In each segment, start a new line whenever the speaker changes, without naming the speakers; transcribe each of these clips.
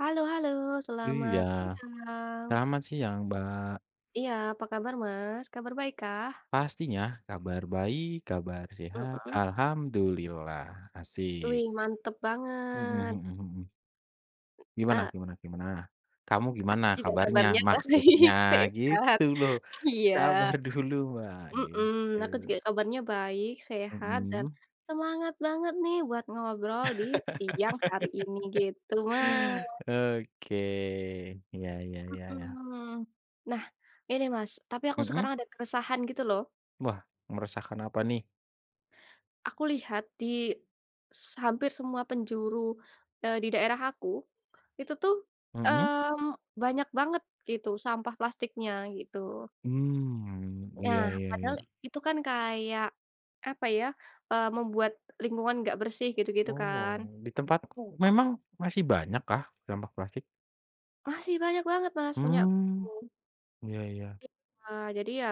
Halo halo,
Iya,
selamat siang.
selamat sih yang ba
Iya, apa kabar Mas? Kabar baik kah?
pastinya kabar baik, kabar sehat,
Mhm.
alhamdulillah, asik.
Wih, mantep
Mhm mhm
banget.
mhm. Mhm. Gimana
Eee,
gimana gimana? Kamu gimana
aku juga
kabarnya
kabarnya baik,
maksudnya?
sehat.
Gitu loh,
Iya,
sabar dulu, Mbak,
mhm,
gitu.
aku juga kabarnya baik, sehat, dan
Mhm.
semangat banget nih buat ngobrol di siang hari ini gitu, Mas.
Oke, ya ya ya ya.
Mhm. Nah, ini Mas, tapi aku
Mhm?
sekarang ada keresahan gitu loh.
Wah, meresahkan apa nih?
Aku lihat di hampir semua penjuru, di daerah aku, itu tuh,
Mhm?
banyak banget gitu sampah plastiknya gitu.
Iya
Nah,
iya
padahal
iya.
itu kan kayak, apa ya, membuat lingkungan nggak bersih gitu-gitu kan.
Oh, di tempatku memang masih banyak kah sampah plastik?
Masih banyak banget Mas punya aku.
Mmm, iya iya,
Jadi ya,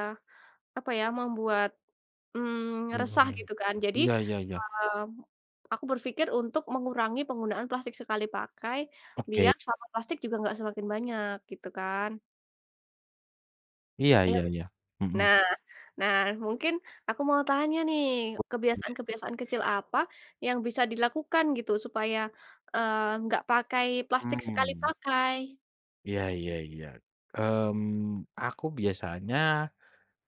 apa ya, membuat resah
mhm,
gitu kan. Jadi,
iya iya iya,
mmm, aku berpikir untuk mengurangi penggunaan plastik sekali pakai,
oke,
biar sampah plastik juga nggak semakin banyak gitu kan.
iya
Iya.
iya iya, mhm,
Nah nah mungkin aku mau tanya nih, kebiasaan-kebiasaan kecil apa yang bisa dilakukan gitu supaya, nggak pakai plastik sekali
mmm,
pakai?
iya iya iya, mmm, aku biasanya,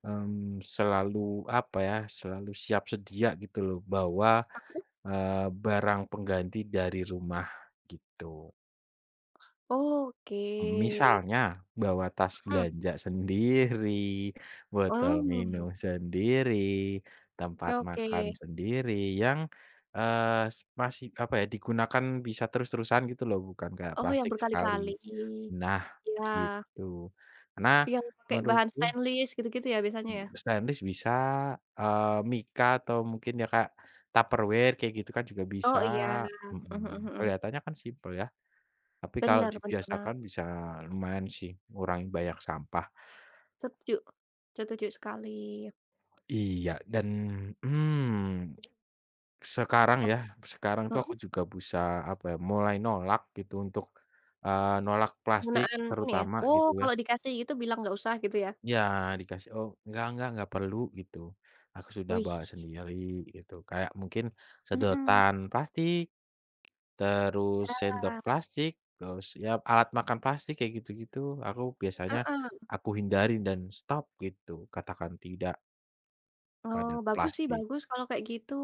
mmm, selalu apa ya, selalu siap sedia gitu loh bawa, barang pengganti dari rumah gitu.
Oke.
Misalnya bawa tas
Mhm,
belanja sendiri, botol minum
mmm,
sendiri, tempat
oke.
makan sendiri yang, eee, s masih digunakan bisa terus-terusan gitu loh, bukan kayak
Oh yang
plastik sekali.
berkali-kali.
Nah,
Iya.
gitu. Karena
Yang pakai bahan
menurutku
stainless gitu-gitu ya biasanya ya?
mhm, stainless bisa, Mika atau mungkin ya kayak Tupperware kayak gitu kan juga bisa,
Oh iya, mhm mhm
mhm.
mhm,
Kelihatannya kan simpel ya. Tapi kalau
bener bener banget,
dibiasakan bisa lumayan sih ngurangin banyak sampah.
setuju setuju sekali.
Iya dan, mmm, sekarang
Apa?
ya, sekarang tuh aku
Mhm,
juga bisa, apa ya, mulai nolak gitu untuk, nolak plastik
penggunaan ini ya,
terutama
oh
gitu ya.
kalau dikasih gitu bilang nggak usah gitu ya?
Ya dikasih, "Oh enggak perlu," gitu, "aku sudah
Wih,
bawa sendiri," gitu. Kayak mungkin
mhm,
sedotan plastik. Terus
ya,
sendok plastik, terus ya alat makan plastik kayak gitu-gitu, aku biasanya
heeh,
aku hindari dan stop gitu, katakan tidak
oh
pada
bagus sih
plastik.
bagus kalau kayak gitu.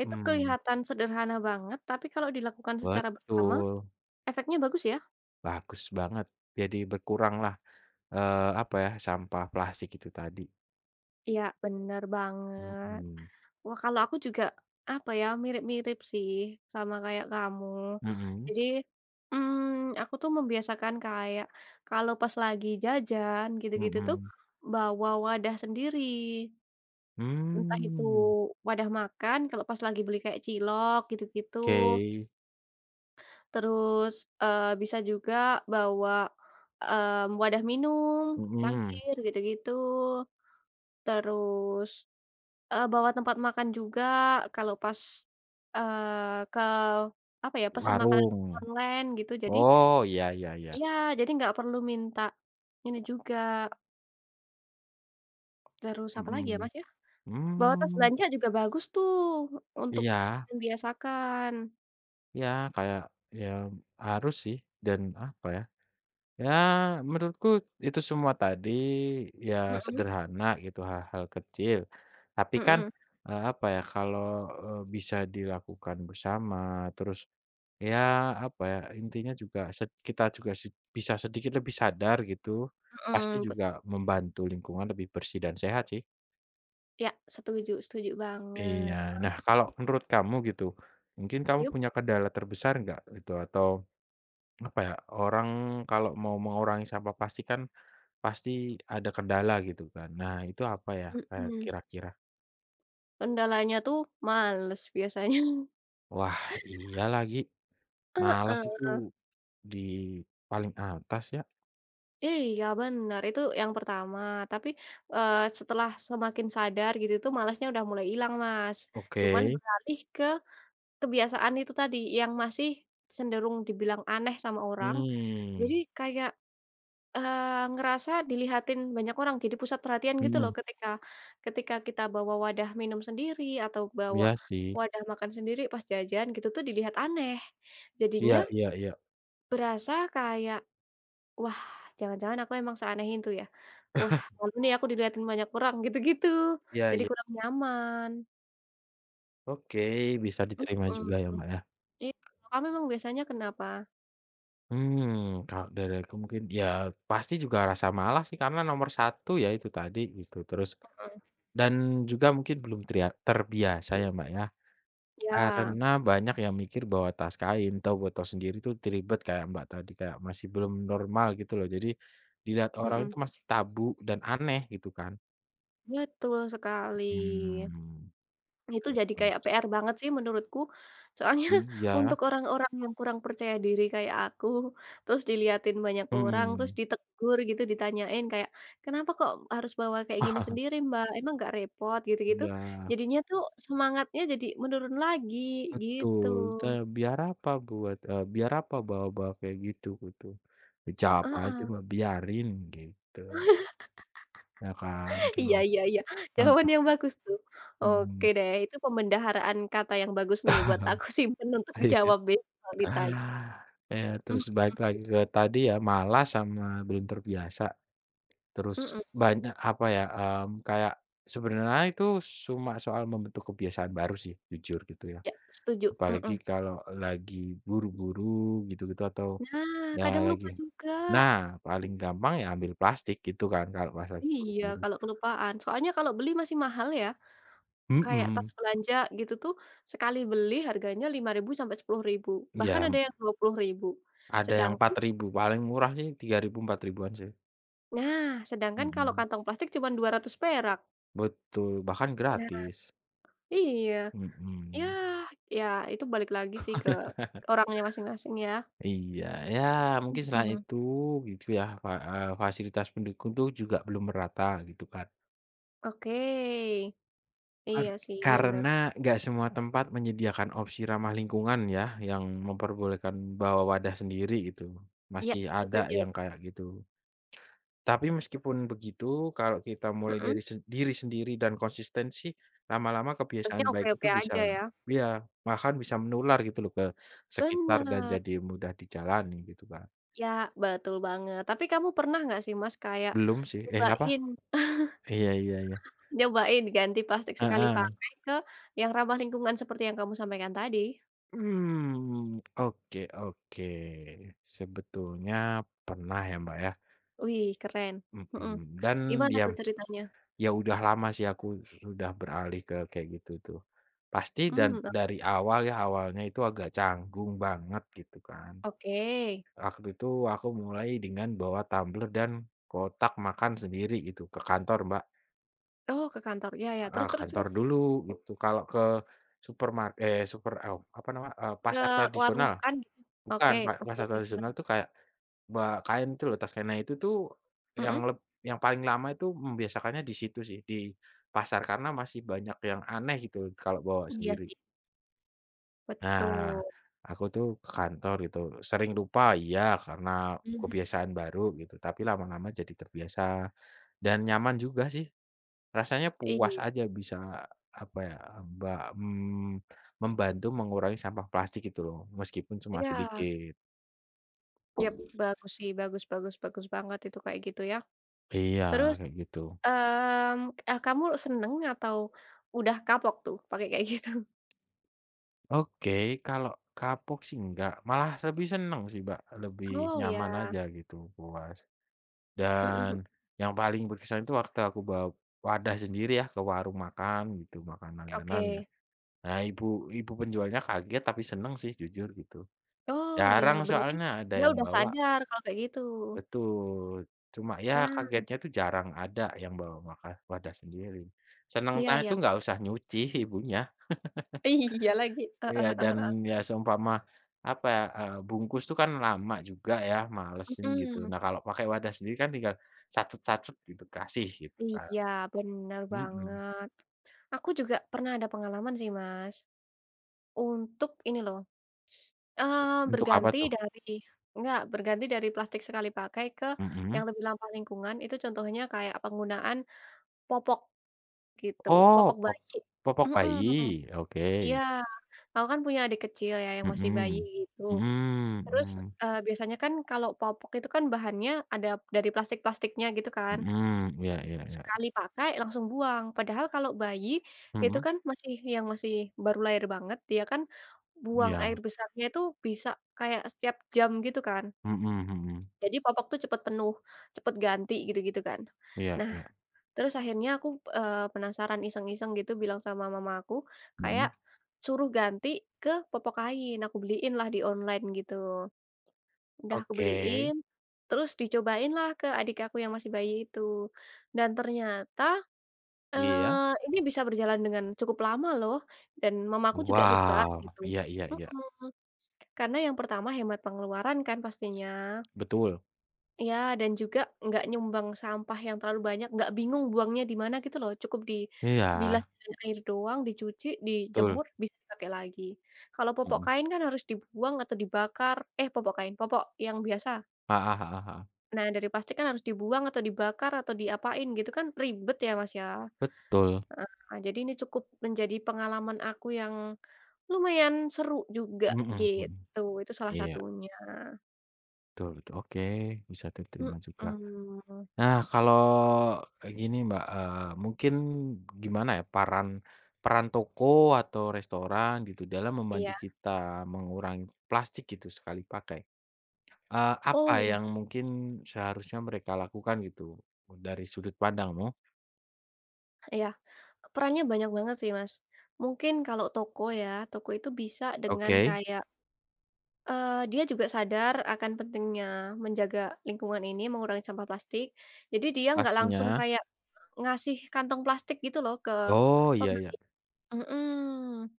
Itu kelihatan sederhana banget, tapi kalau dilakukan secara bersama
betul,
efeknya bagus ya?
bagus banget. Jadi berkuranglah, sampah plastik itu tadi.
Iya bener banget.
Mhm,
Wah, kalau aku juga, apa ya, mirip-mirip sih sama kayak kamu.
mhm,
Jadi, aku tuh membiasakan kayak kalau pas lagi jajan gitu-gitu tuh
mhm,
bawa wadah sendiri. Entah itu
mmm,
wadah makan kalau pas lagi beli kayak cilok gitu-gitu,
oke,
terus, bisa juga bawa, wadah minum,
mhm,
cangkir gitu-gitu, terus bawa tempat makan juga kalau pas, ke apa ya, pesan makanan
warung.
online gitu jadi
Oh, iya iya iya,
iya, jadi nggak perlu minta ini juga, terus apa lagi ya,
mhm,
Mas, ya? Bawa tas
mmm,
belanja juga bagus tuh untuk
iya.
membiasakan.
Ya, kayak, ya harus sih dan apa ya, ya menurutku itu semua tadi ya
Mhm
sederhana gitu, hal-hal kecil. Tapi kan,
mhm
apa ya, kalau, bisa dilakukan bersama terus ya apa ya, intinya juga kita juga bisa sedikit lebih sadar gitu, pasti
mhm, bet
juga membantu lingkungan lebih bersih dan sehat sih.
ya, setuju setuju
Iya.
banget.
Nah, kalau menurut kamu gitu, mungkin kamu
Yup,
punya kendala terbesar nggak gitu atau apa ya. Orang kalau mau mengurangi sampah plastik kan pasti ada kendala gitu kan. Nah itu apa ya, kayak
mhm,
kira-kira?
kendalanya tuh males biasanya.
Wah iya lagi, malas
Heeh.
itu di paling atas ya.
Iya bener, itu yang pertama, tapi, setelah semakin sadar gitu itu malasnya udah mulai hilang, Mas. Cuman
Oke,
beralih ke kebiasaan itu tadi yang masih cenderung dibilang aneh sama orang,
hmm
jadi kayak, eee, ngerasa dilihatin banyak orang, jadi pusat perhatian gitu loh
mhm,
ketika ketika kita bawa wadah minum sendiri atau bawa
iya sih.
wadah makan sendiri pas jajan gitu tuh dilihat aneh.
Iya
Jadinya
iya iya.
berasa kayak, "Wah, jangan-jangan aku emang seaneh itu ya?" Wah, malu nih aku diliatin banyak orang, gitu-gitu.
Iya
Jadi
iya.
kurang nyaman.
Oke, bisa diterima
Mhm,
juga ya, Mbak, ya.
iya. Kalau kamu emang biasanya kenapa?
Kalau dari aku mungkin ya pasti juga rasa malas sih karena nomor satu ya itu tadi gitu, terus
Mhm.
dan juga mungkin belum terbiasa ya, Mbak, ya.
Ya,
Karena banyak yang mikir bahwa tas kain atau botol sendiri tuh ribet kayak Mbak tadi, kayak masih belum normal gitu loh. Jadi dilihat orang itu
mhm,
masih tabu dan aneh gitu kan.
betul sekali.
Mmm.
Itu jadi
Terus
kayak PR banget sih menurutku. Soalnya
iya,
untuk orang-orang yang kurang percaya diri kayak aku, terus diliatin banyak orang, terus
mhm.
ditegur gitu, ditanyain kayak, "Kenapa kok harus bawa kayak gini sendiri, Mbak? Emang nggak repot?" Gitu-gitu.
Iya,
Jadinya tuh semangatnya jadi menurun lagi, gitu.
betul. Te biar apa buat biar apa bawa-bawa kayak gitu gitu. Jawab aja
Heeh.
Mbak, biarin gitu, ya kan.
Iya
Terus
iya iya, jawaban yang bagus tuh. Oke
mhm.
deh, itu pembendaharaan kata yang bagus nih buat aku simpen untuk dijawab besok kalau ditanya.
Ah, iya
Mhm
terus balik lagi ke tadi ya, malas sama belum terbiasa, terus
mhm,
banyak apa ya, kayak sebenarnya itu cuma soal membentuk kebiasaan baru sih jujur gitu ya,
ya setuju,
apalagi
mhm.
kalau lagi buru-buru gitu-gitu atau
Nah,
ya
kadang
lagi
lupa juga.
nah paling gampang ya ambil plastik gitu kan kalau pas lagi
Iya,
buru-buru.
kalau kelupaan, soalnya kalau beli masih mahal ya, kayak tas
Mhm,
belanja gitu tuh sekali beli harganya 5.000 sampai 10.000. Bahkan
iya
ada yang 20.000.
ada yang
Sedangkan
4.000 paling murah sih 3.000 4.000-an sih,
nah, Sedangkan kalau
mhm,
kantong plastik cuman Rp200.
betul bahkan
Nah,
gratis,
iya. Ya,
mhm.
ya itu balik lagi sih ke orangnya masing-masing ya.
Iya, ya mungkin selain
Mhm,
itu gitu ya, fasilitas pendukung tuh juga belum merata gitu kan.
oke.
Har
Iya sih bener.
Karena nggak semua tempat menyediakan opsi ramah lingkungan ya, yang memperbolehkan bawa wadah sendiri gitu,
Iya
masih ada
setuju,
yang kayak gitu. Tapi meskipun begitu, kalau kita mulai dari
mhm,
diri sendiri dan konsistensi lama-lama
harusnya
kebiasaan baik itu
oke-oke
bisa
aja ya.
ya bahkan bisa menular gitu loh ke sekitar dan
Bener,
jadi mudah dijalani gitu kan.
ya betul banget. Tapi kamu pernah nggak sih Mas kayak
Belum sih eh, apa?
nyobain
Iya iya iya.
nyobain ganti plastik sekali
Heeh.
pakai ke yang ramah lingkungan seperti yang kamu sampaikan tadi?
Oke oke. Sebetulnya pernah ya, Mbak, ya,
Wih keren, mhm,
mhm, dan
gimana
ya
tuh ceritanya?
ya udah lama sih aku sudah beralih ke kayak gitu tuh. Pasti dan dari
Oke
awal ya, awalnya itu agak canggung banget gitu kan.
oke.
Waktu itu aku mulai dengan bawa tumbler dan kotak makan sendiri gitu ke kantor, Mbak,
Oh ke kantor, ya ya,
heeh,
terus terus
kantor
terus?
dulu gitu. Kalau ke supermar eh, super oh, apa nama, eee,
Ke
pasar
warung
tradisional.
makan gitu?
Bukan,
Oke, pasar
pasar
tradisional.
tradisional tuh kayak, kain itu loh, tas Kena itu tuh yang
Mhm,
leb yang paling lama itu membiasakannya di situ sih, di pasar, karena masih banyak yang aneh gitu kalau bawa
iya
sendiri.
sih,
Nah,
betul.
aku tuh ke kantor gitu, sering lupa iya, karena
Mhm.
kebiasaan baru gitu, tapi lama-lama jadi terbiasa dan nyaman juga sih. Rasanya puas
Iya
aja bisa, apa ya, mba mmm, membantu mengurangi sampah plastik gitu loh, meskipun cuma
iya,
sedikit.
yap, bagus sih, bagus bagus bagus banget itu kayak gitu ya.
Iya,
Terus,
kayak gitu.
kamu seneng atau udah kapok tuh pakai kayak gitu?
Oke, kalau kapok sih enggak, malah lebih seneng sih, Mbak, lebih
Oh
nyaman
ya,
aja gitu, puas.
mhm
Dan
mhm,
yang paling berkesan itu waktu aku bawa wadah sendiri ya ke warung makan gitu, makan langganan ya.
oke.
Nah, ibu ibu penjualnya kaget tapi seneng sih jujur gitu.
Oh ya,
Jarang
berarti
soalnya ada
dia
yang
udah
bawa.
sadar kalau kayak gitu.
Betul. Cuma ya
Nah,
kagetnya tuh jarang ada yang bawa makan wadah sendiri.
iya
Senengnya itu
iya,
nggak
bener.
usah nyuci ibunya.
Iya lagi, heeh
Iya,
heeh
dan
heeh,
ya seumpama, apa ya, bungkus tuh kan lama juga ya, malesin gitu.
mhm,
Nah, kalau pakai wadah sendiri kan tinggal sacet-sacet gitu, kasih gitu kan.
iya bener
Mhm.
banget. Aku juga pernah ada pengalaman sih, Mas, untuk ini loh, eee,
Untuk apa
berganti
tuh?
dari enggak, berganti dari plastik sekali pakai ke
Mhm.
yang lebih ramah lingkungan, itu contohnya kayak penggunaan popok gitu, popok
Oh,
bayi.
popok
Mhm,
bayi, oke.
iya, aku kan punya adik kecil ya yang masih bayi
Mhm.
gitu.
Mhm
Terus,
mhm.
biasanya kan kalau popok itu kan bahannya ada dari plastik-plastiknya gitu kan.
Mhm, iya iya iya.
Sekali pakai langsung buang. Padahal kalau bayi itu
Mhm,
kan masih baru lahir banget, dia kan buang air
iya.
besarnya itu bisa kayak setiap jam gitu kan.
Mhm mhm.
Jadi popok tuh cepet penuh, cepet ganti gitu-gitu kan.
Iya
Nah,
iya.
terus akhirnya aku, penasaran iseng-iseng gitu bilang sama mama aku,
Mhm.
kayak suruh ganti ke popok kain, aku beliin lah di online gitu. Udah aku
Oke.
beliin, terus dicobain lah ke adik aku yang masih bayi itu. Dan ternyata
Iya.
Ini bisa berjalan dengan cukup lama loh, dan mamaku juga suka
Wow.
gitu.
Iya iya iya.
Mhm, karena yang pertama hemat pengeluaran kan pastinya.
Betul.
Iya, dan juga nggak nyumbang sampah yang terlalu banyak, nggak bingung buangnya di mana gitu loh, cukup
Iya,
dibilas dengan air doang, dicuci,
betul.
dijemur, bisa dipakai lagi. Kalau popok
Mhm.
kain kan harus dibuang atau dibakar eh, popok kain, popok yang biasa.
Heeh heeh heeh,
Nah, dari plastik kan harus dibuang atau dibakar atau diapain gitu kan ribet ya, Mas, ya.
betul,
Heeh, jadi ini cukup menjadi pengalaman aku yang lumayan seru juga
mhm mhm,
gitu, itu salah
iya,
satunya.
betul betul, oke, bisa diterima juga.
Mhm,
Nah, kalau kayak gini, Mbak, mungkin gimana ya, peran toko atau restoran gitu dalam membantu
iya.
kita mengurangi plastik gitu sekali pakai, apa
Oh,
yang mungkin seharusnya mereka lakukan gitu dari sudut pandangmu?
iya, perannya banyak banget sih, Mas. Mungkin kalau toko ya, toko itu bisa dengan
Oke,
kayak, dia juga sadar akan pentingnya menjaga lingkungan ini, mengurangi sampah plastik. Jadi dia nggak langsung
pastinya.
kayak ngasih kantong plastik gitu loh ke
Oh,
pem
iya iya,
Mhm.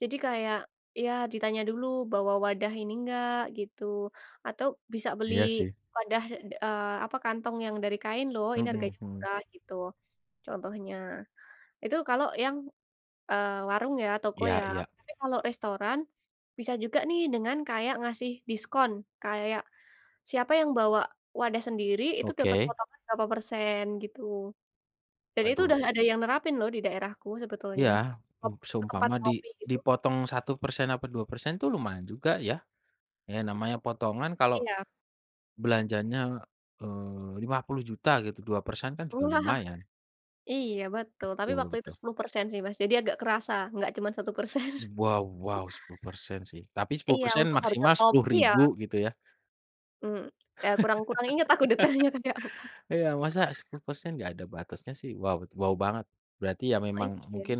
Jadi kayak, ya ditanya dulu bawa wadah ini enggak gitu, atau bisa beli
iya sih,
wadah, apa, kantong yang dari kain loh, ini
mhm
harganya
mhm,
murah gitu, contohnya. Itu kalau yang, warung ya, toko
iya
ya.
iya,
Tapi kalau restoran, bisa juga nih dengan kayak ngasih diskon, kayak siapa yang bawa wadah sendiri itu dapat
oke,
potongan berapa persen gitu. Dan itu
waduh.
udah ada yang nerapin loh di daerahku
Iya,
sebetulnya, kop ke tempat
seumpama
kopi gitu.
dipotong 1% apa 2% tuh lumayan juga ya. Ya namanya potongan kalau
Iya.
belanjanya, 50 juta gitu, 2% kan juga
Wah,
lumayan.
iya betul, tapi
Betul
waktu itu
betul.
10% sih, Mas, jadi agak kerasa, nggak cuman 1%
Wow wow 10% sih, tapi sepuluh
Iya,
persen
untuk harga
maksimal sepuluh
kopi ya
ribu gitu ya.
mhm, ya kurang kurang inget aku detailnya kayak apa.
Iya, masa 10% nggak ada batasnya sih, wow wow banget. Berarti ya memang
Iya,
mungkin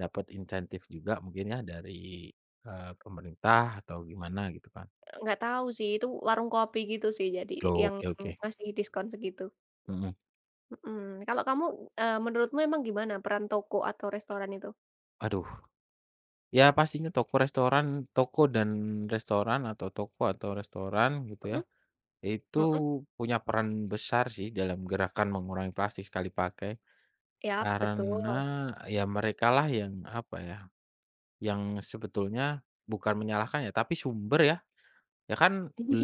dapat insentif juga mungkin ya dari, pemerintah atau gimana gitu kan.
nggak tahu sih, itu warung kopi gitu sih, jadi yang
Oke oke,
ngasih diskon segitu.
mhm.
Mhm, kalau kamu, menurutmu emang gimana peran toko atau restoran itu?
Aduh. Ya pastinya toko dan restoran atau toko atau restoran gitu ya,
Mhm
itu
mhm,
punya peran besar sih dalam gerakan mengurangi plastik sekali pakai.
iya betul.
Karena ya mereka lah yang apa ya, yang sebetulnya bukan menyalahkan ya, tapi sumber ya. Ya kan beli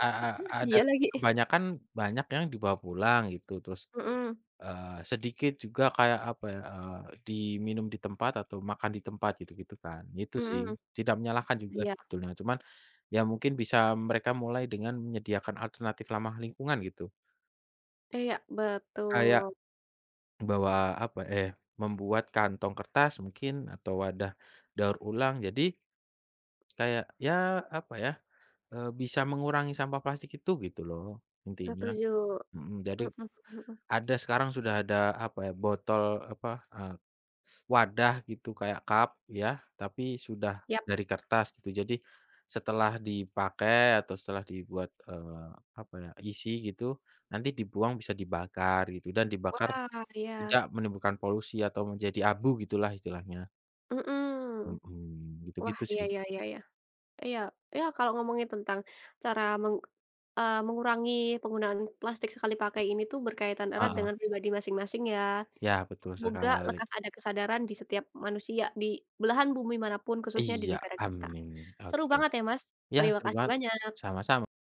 a a ada
Iya lagi.
kebanyakan banyak yang dibawa pulang gitu, terus
Mhm
Sedikit juga kayak apa ya, diminum di tempat atau makan di tempat gitu-gitu kan, itu sih.
mhm,
Tidak menyalahkan juga
iya
sebetulnya, cuman ya mungkin bisa mereka mulai dengan menyediakan alternatif ramah lingkungan gitu.
iya
Kayak
betul,
bawa apa, eh, membuat kantong kertas mungkin atau wadah daur ulang. Jadi kayak ya apa ya, bisa mengurangi sampah plastik itu gitu loh intinya,
setuju.
mhm. Jadi
Mhm mhm mhm.
Sekarang sudah ada apa ya, botol apa, eee, wadah gitu kayak cup ya, tapi sudah
Ya.
dari kertas gitu. Jadi setelah dipakai atau setelah dibuat, isi gitu, nanti dibuang bisa dibakar gitu dan dibakar
Wah, iya,
tidak menimbulkan polusi atau menjadi abu gitulah istilahnya.
mhm.
Mhm,
Wah,
gitu-gitu
iya
sih.
iya iya iya. Iya iya, kalau ngomongin tentang cara mengurangi penggunaan plastik sekali pakai ini tuh berkaitan erat
Heeh.
dengan pribadi masing-masing ya.
Ya betul
Semoga
sekali.
lekas ada kesadaran di setiap manusia di belahan bumi manapun, khususnya di
Iya,
negara kita.
amin.
Seru
Oke.
banget ya, Mas,
Ya
terima
seru
kasih
banget.
banyak.
Sama-sama.